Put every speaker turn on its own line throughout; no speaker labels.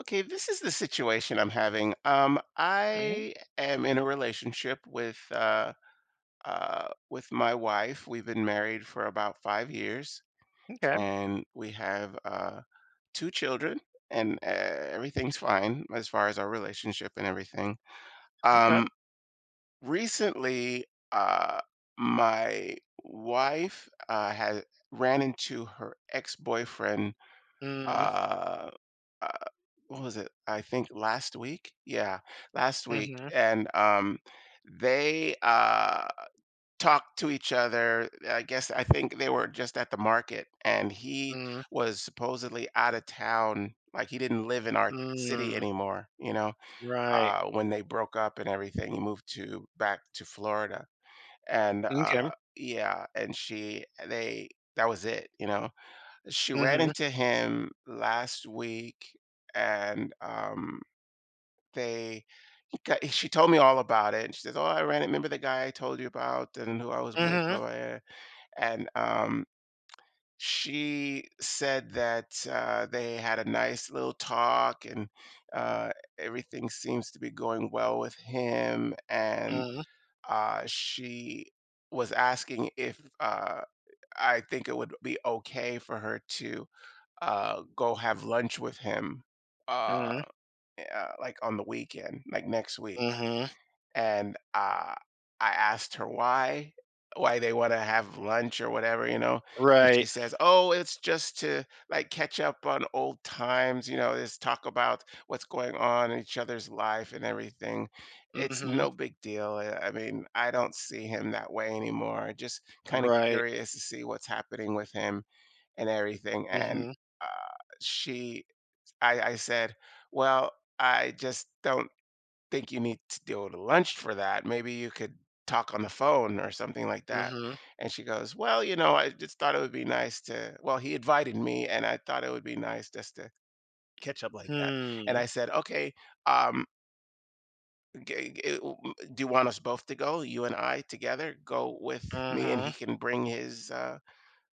Okay, this is the situation I'm having.
Mm,
I am in a relationship with my wife. We've been married for about 5 years,
okay,
and we have two children, and everything's fine as far as our relationship and everything.
okay.
Um, Recently, uh, my wife has ran into her ex-boyfriend
Mm,
uh, uh, what was it? I think last week. Yeah, last week,
mhm,
and they talked to each other. I guess I think they were just at the market, and he
mm,
was supposedly out of town. Like he didn't live in our city
mm,
anymore.
right.
When they broke up and everything, he moved to back to Florida, and
Okay. M'kay.
yeah, and she they that was it. She ran
Mhm,
into him last week, and, they he got she told me all about it. She says, "Oh, I ran it, remember the guy I told you about and who I was with?"
mhm,
Oh, yeah, and, she said that, they had a nice little talk, and, uh, everything seems to be going well with him, and,
mm,
she was asking if, I think it would be okay for her to go have lunch with him, uh,
mm,
like on the weekend, like next week.
mhm,
And I asked her why they want to have lunch or whatever, you know. And she
right.
says, "Oh, it's just to like catch up on old times, you know, just talk about what's going on in each other's life and everything. It's
Mhm,
no big deal. I mean, I don't see him that way anymore. Just kind of
right.
curious to see what's happening with him." And everything. And
Mhm,
uh, she, I said, well, I just don't think you need to go to lunch for that. Maybe you could talk on the phone or something like that.
mhm,
And she goes, well, you know, I just thought it would be nice to, well, he invited me and I thought it would be nice just to catch up like that. And
hmm,
I said, okay, um, do you want us both to go, you and I together? Go with me and he
mhm,
can bring his,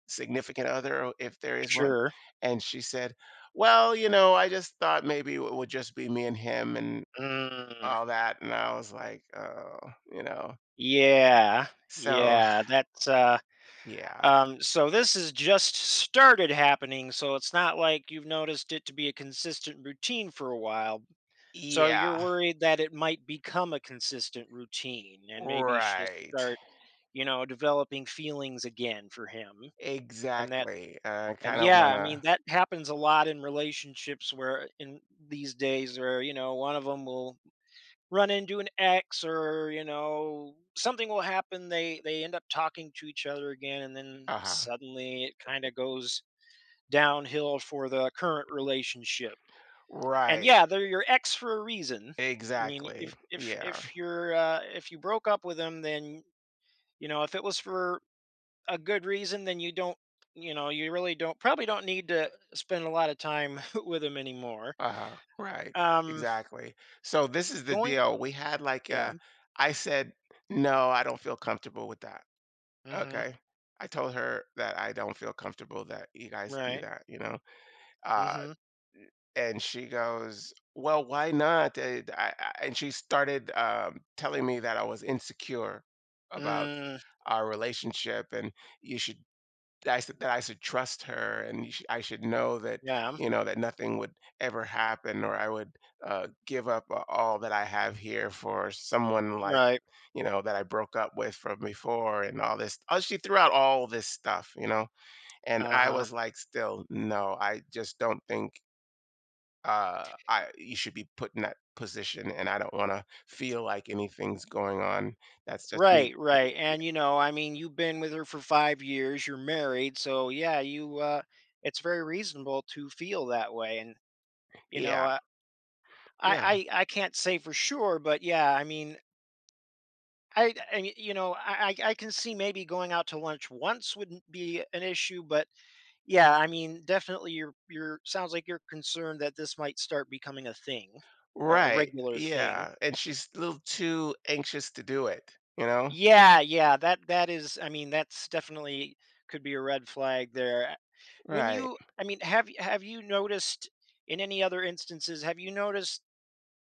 significant other, or if there is one?
sure.
And she said, well, you know, I just thought maybe it would just be me and him and
Mm,
all that. And I was like, oh, you know.
yeah,
So,
yeah, that's, uh,
yeah.
um, so this has just started happening, so it's not like you've noticed it to be a consistent routine for a while. So you're
Yeah.
worried that it might become a consistent routine and maybe she'll
Right.
start, you know, developing feelings again for him. And that
Exactly. I
and
kind of
yeah,
want
I mean
to,
that happens a lot in relationships where in these days where, you know, one of them will run into an ex or, you know, something will happen, they end up talking to each other again, and then
uh huh.
suddenly it kind of goes downhill for the current relationship. And
Right.
yeah, they're your ex for a reason. I mean,
Exactly.
if if
Yeah.
if you're if you broke up with them, then you know, if it was for a good reason, then you don't you know you really don't probably don't need to spend a lot of time with them anymore.
Uh huh. Right.
Um,
Exactly. So, this is the
going
deal. We had like
Yeah,
a, I said, no, I don't feel comfortable with that.
mm-hmm,
Okay. I told her that I don't feel comfortable that you guys do
right,
that, you know? Uh,
mm-hmm,
and she goes, well, why not? And she started telling me that I was insecure about
mm,
our relationship and you should that I should trust her, and you sh I should know that,
yeah,
you know, that nothing would ever happen, or I would, give up a all that I have here for someone like,
right.
you know, that I broke up with from before and all this. Oh, she threw out all this stuff, you know, and I
Uh-huh.
was like, "Still, no, I just don't think, I you should be put in that position, and I don't wanna feel like anything's going on. That's just me."
Right, right.
Yeah.
And you know, I mean, you've been with her for 5 years, you're married, so yeah, you it's very reasonable to feel that way. And you know,
Yeah.
I can't say for sure, but yeah, I mean, I can see maybe going out to lunch once wouldn't be an issue, but yeah, I mean, definitely you're sounds like you're concerned that this might start becoming a thing, a
Right,
regular thing.
yeah, and she's a little too anxious to do it, you know?
Yeah, yeah, that is, I mean, that's definitely could be a red flag there. When
Right.
you, I mean, have you noticed in any other instances, have you noticed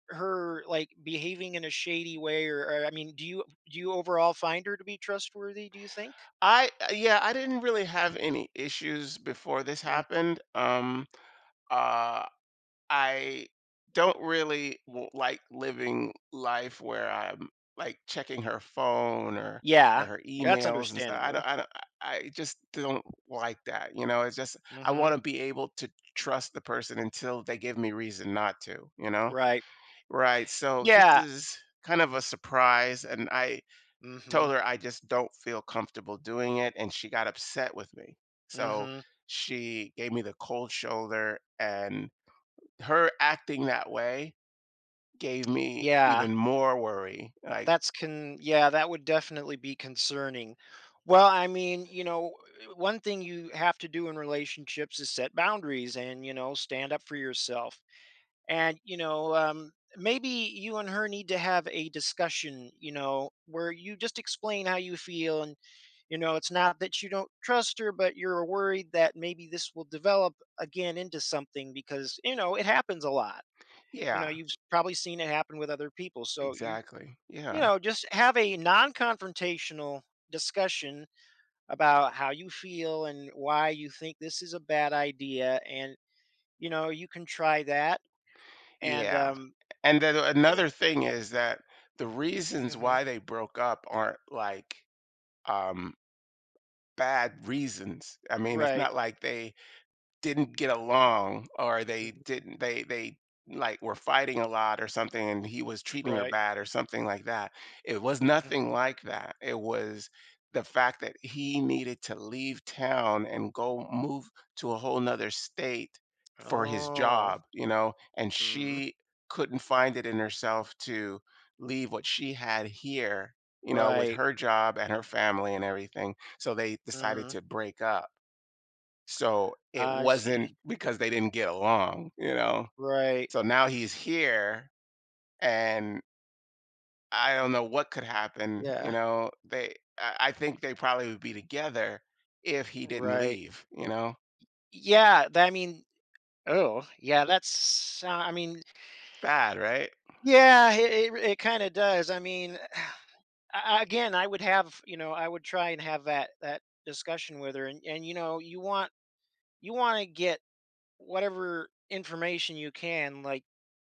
her like behaving in a shady way? Or I mean, do you — do you overall find her to be trustworthy, do you think?
I Yeah, I didn't really have any issues before this
Mm.
happened. Uh, I don't really w like living life where I'm, like, checking her phone or
Yeah.
her
Yeah, that's
emails and stuff. I
understandable.
don't I don't I I just don't like that, you know? It's just I
Mhm.
wanna be able to trust the person until they give me reason not to, you know?
Right.
Right, so this
Yeah.
is kind of a surprise, and I
Mhm.
told her I just don't feel comfortable doing it, and she got upset with me. So
Mhm.
she gave me the cold shoulder, and her acting that way gave me
Yeah.
even more worry. Like,
That's — can, yeah, that would definitely be concerning. Well, I mean, you know, one thing you have to do in relationships is set boundaries and, you know, stand up for yourself. And you know, maybe you and her need to have a discussion, you know, where you just explain how you feel. And you know, it's not that you don't trust her, but you're worried that maybe this will develop again into something, because you know it happens a lot. You
yeah,
know, you've probably seen it happen with other people, so you
exactly. Yeah,
you know, just have a non-confrontational discussion about how you feel and why you think this is a bad idea. And you know, you can try that. And
yeah. And then
you know
another thing is that the reasons
Mhm.
why they broke up aren't like um, bad reasons. I mean, it's
Right.
not like they didn't get along, or they
Mhm.
didn't they like were fighting a lot or something, and he was treating her
Right.
bad or something like that. It was nothing
Mhm.
like that. It was the fact that he needed to leave town and go move to a whole nother state for his
Oh.
job, you know, and
Mm.
she couldn't find it in herself to leave what she had here, you know, with
Right.
her job and her family and everything, so they decided
Mm.
to break up. So it
I see.
wasn't because they didn't get along, you know?
Right.
So now he's here, and I don't know what could happen, you
Yeah.
know? They I think they probably would be together if he didn't
Right.
leave, you know?
Yeah, tha I mean Oh, yeah, that's I mean,
Bad, right?
yeah, it kinda does. I mean, a again, I would have — you know, I would try and have that that discussion with her. And, you know, you want — you wanna get whatever information you can, like,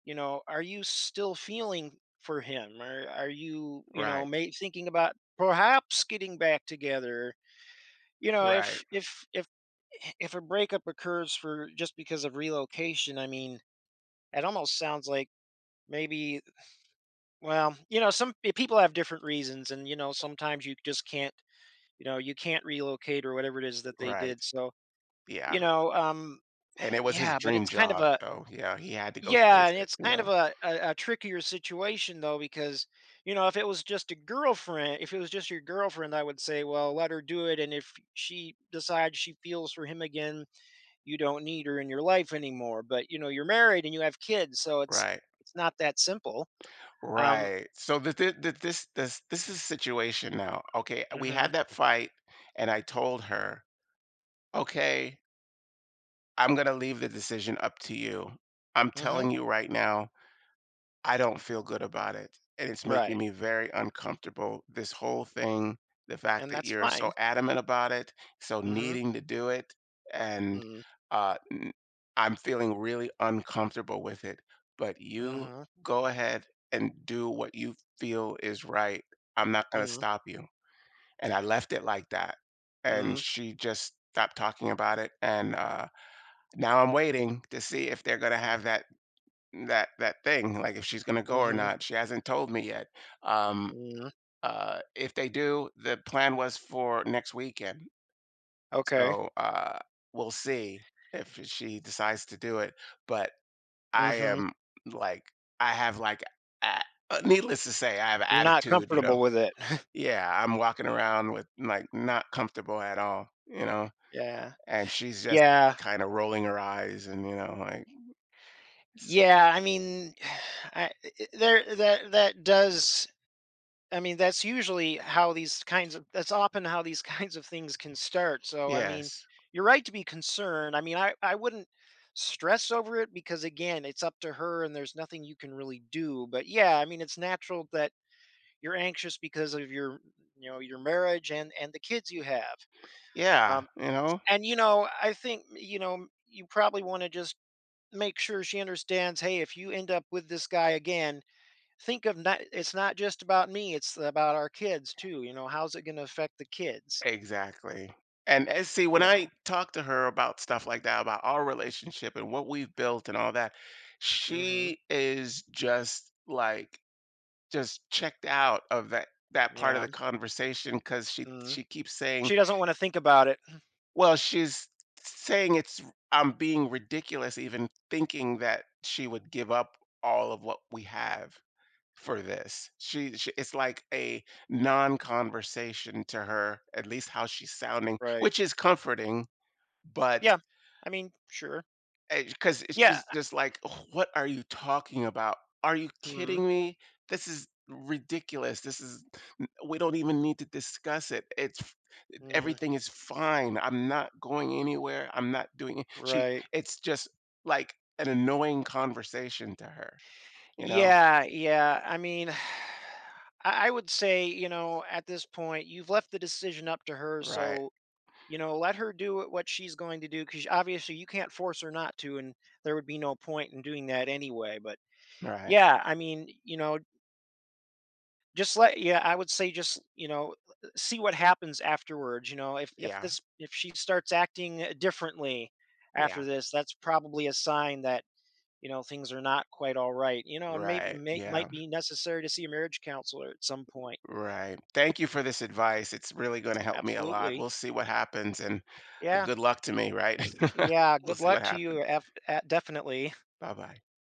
you know, are you still feeling for him? Or are you, you know,
Right.
may, thinking about perhaps getting back together? You know,
Right.
if a breakup occurs for just because of relocation, I mean, it almost sounds like maybe — well, you know, some people have different reasons, and you know, sometimes you just can't, you know, you can't relocate or whatever it is that they
Right.
did. So,
Yeah.
you know,
And it was his
yeah, but
dream
it's kind of
job,
a —
so yeah, he had to go
yeah,
chase
and
it,
it's
you
kind
know?
of a, a trickier situation though, because you know, if it was just a girlfriend, if it was just your girlfriend, I would say, well, let her do it, and if she decides she feels for him again, you don't need her in your life anymore. But you know, you're married and you have kids, so it's —
Right.
it's not that simple. Um,
Right. So this is a situation now. Okay, we
hmm,
had that fight, and I told her, "Okay, I'm gonna leave the decision up to you. I'm
hmm.
telling you right now, I don't feel good about it, and it's making
Right,
me very uncomfortable. This whole thing, the fact
and
that
that's
you're so
fine.
adamant about it, so
Mm-hmm,
needing to do it, and
mm-hmm,
uh, n- I'm feeling really uncomfortable with it. But you
mm-hmm,
go ahead and do what you feel is right. I'm not gonna
mm-hmm,
stop you." And I left it like that. And
mm-hmm,
she just stopped talking about it, and now I'm waiting to see if they're gonna have that thing, like if she's gonna go or
mm-hmm.
not. She hasn't told me yet. Um,
Mm,
if they do, the plan was for next weekend.
okay,
So we'll see if she decides to do it. But I
mm-hmm.
am like, I have like, a, needless to say, I have
You're not
attitude. You know,
comfortable with it.
yeah, I'm walking around with like not comfortable at all. You know,
Yeah,
and she's just
yeah.
kind of rolling her eyes, and you know, like,
Yeah, I mean, I, there — that that does. I mean, that's usually how these kinds of — that's often how these kinds of things can start. So, I mean,
yes.
you're right to be concerned. I mean, I wouldn't stress over it, because again, it's up to her and there's nothing you can really do. But yeah, I mean, it's natural that you're anxious because of your, you know, your marriage and the kids you have.
Yeah,
Um
you know?
and you know, I think, you know, you probably want to just make sure she understands, hey, if you end up with this guy again, think of — not, it's not just about me, it's about our kids too. You know, how's it going to affect the kids?
Exactly. And see, when
You know.
I talk to her about stuff like that, about our relationship and what we've built and all that,
Mhm.
she is just like just checked out of that part of
Yeah.
the conversation, because
Mhm.
she keeps saying,
She doesn't want to think about it.
well, she's saying it's I'm being ridiculous even thinking that she would give up all of what we have for this. She it's like a non-conversation to her, at least how she's sounding,
Right.
which is comforting, but
Yeah. I mean, sure.
because
Yeah.
she's just like, "Ugh, what are you talking about? Are you
Mhm.
kidding me? This is ridiculous. We don't even need to discuss it.
Mm,
Everything is fine. I'm not going anywhere. I'm not doing it." She,
right.
it's just like an annoying conversation to her, you know?
Yeah, yeah. I mean, I would say, you know, at this point, you've left the decision up to her,
Right.
so you know, let her do what she's going to do, because obviously you can't force her not to, and there would be no point in doing that anyway. But
Right.
yeah, I mean, you know, just let — yeah, I would say just, you know, see what happens afterwards. You know, if
Yeah.
this if she starts acting differently
Yeah.
after this, that's probably a sign that you know things are not quite all right. You know, and maybe
Right,
may,
yeah,
might be necessary to see a marriage counselor at some point.
right. Thank you for this advice, it's really gonna help me a lot.
Absolutely,
We'll see what happens, and
yeah,
good luck to me, right?
yeah.
We'll
Good
see what
luck to
happens.
you. Definitely.
Bye-bye.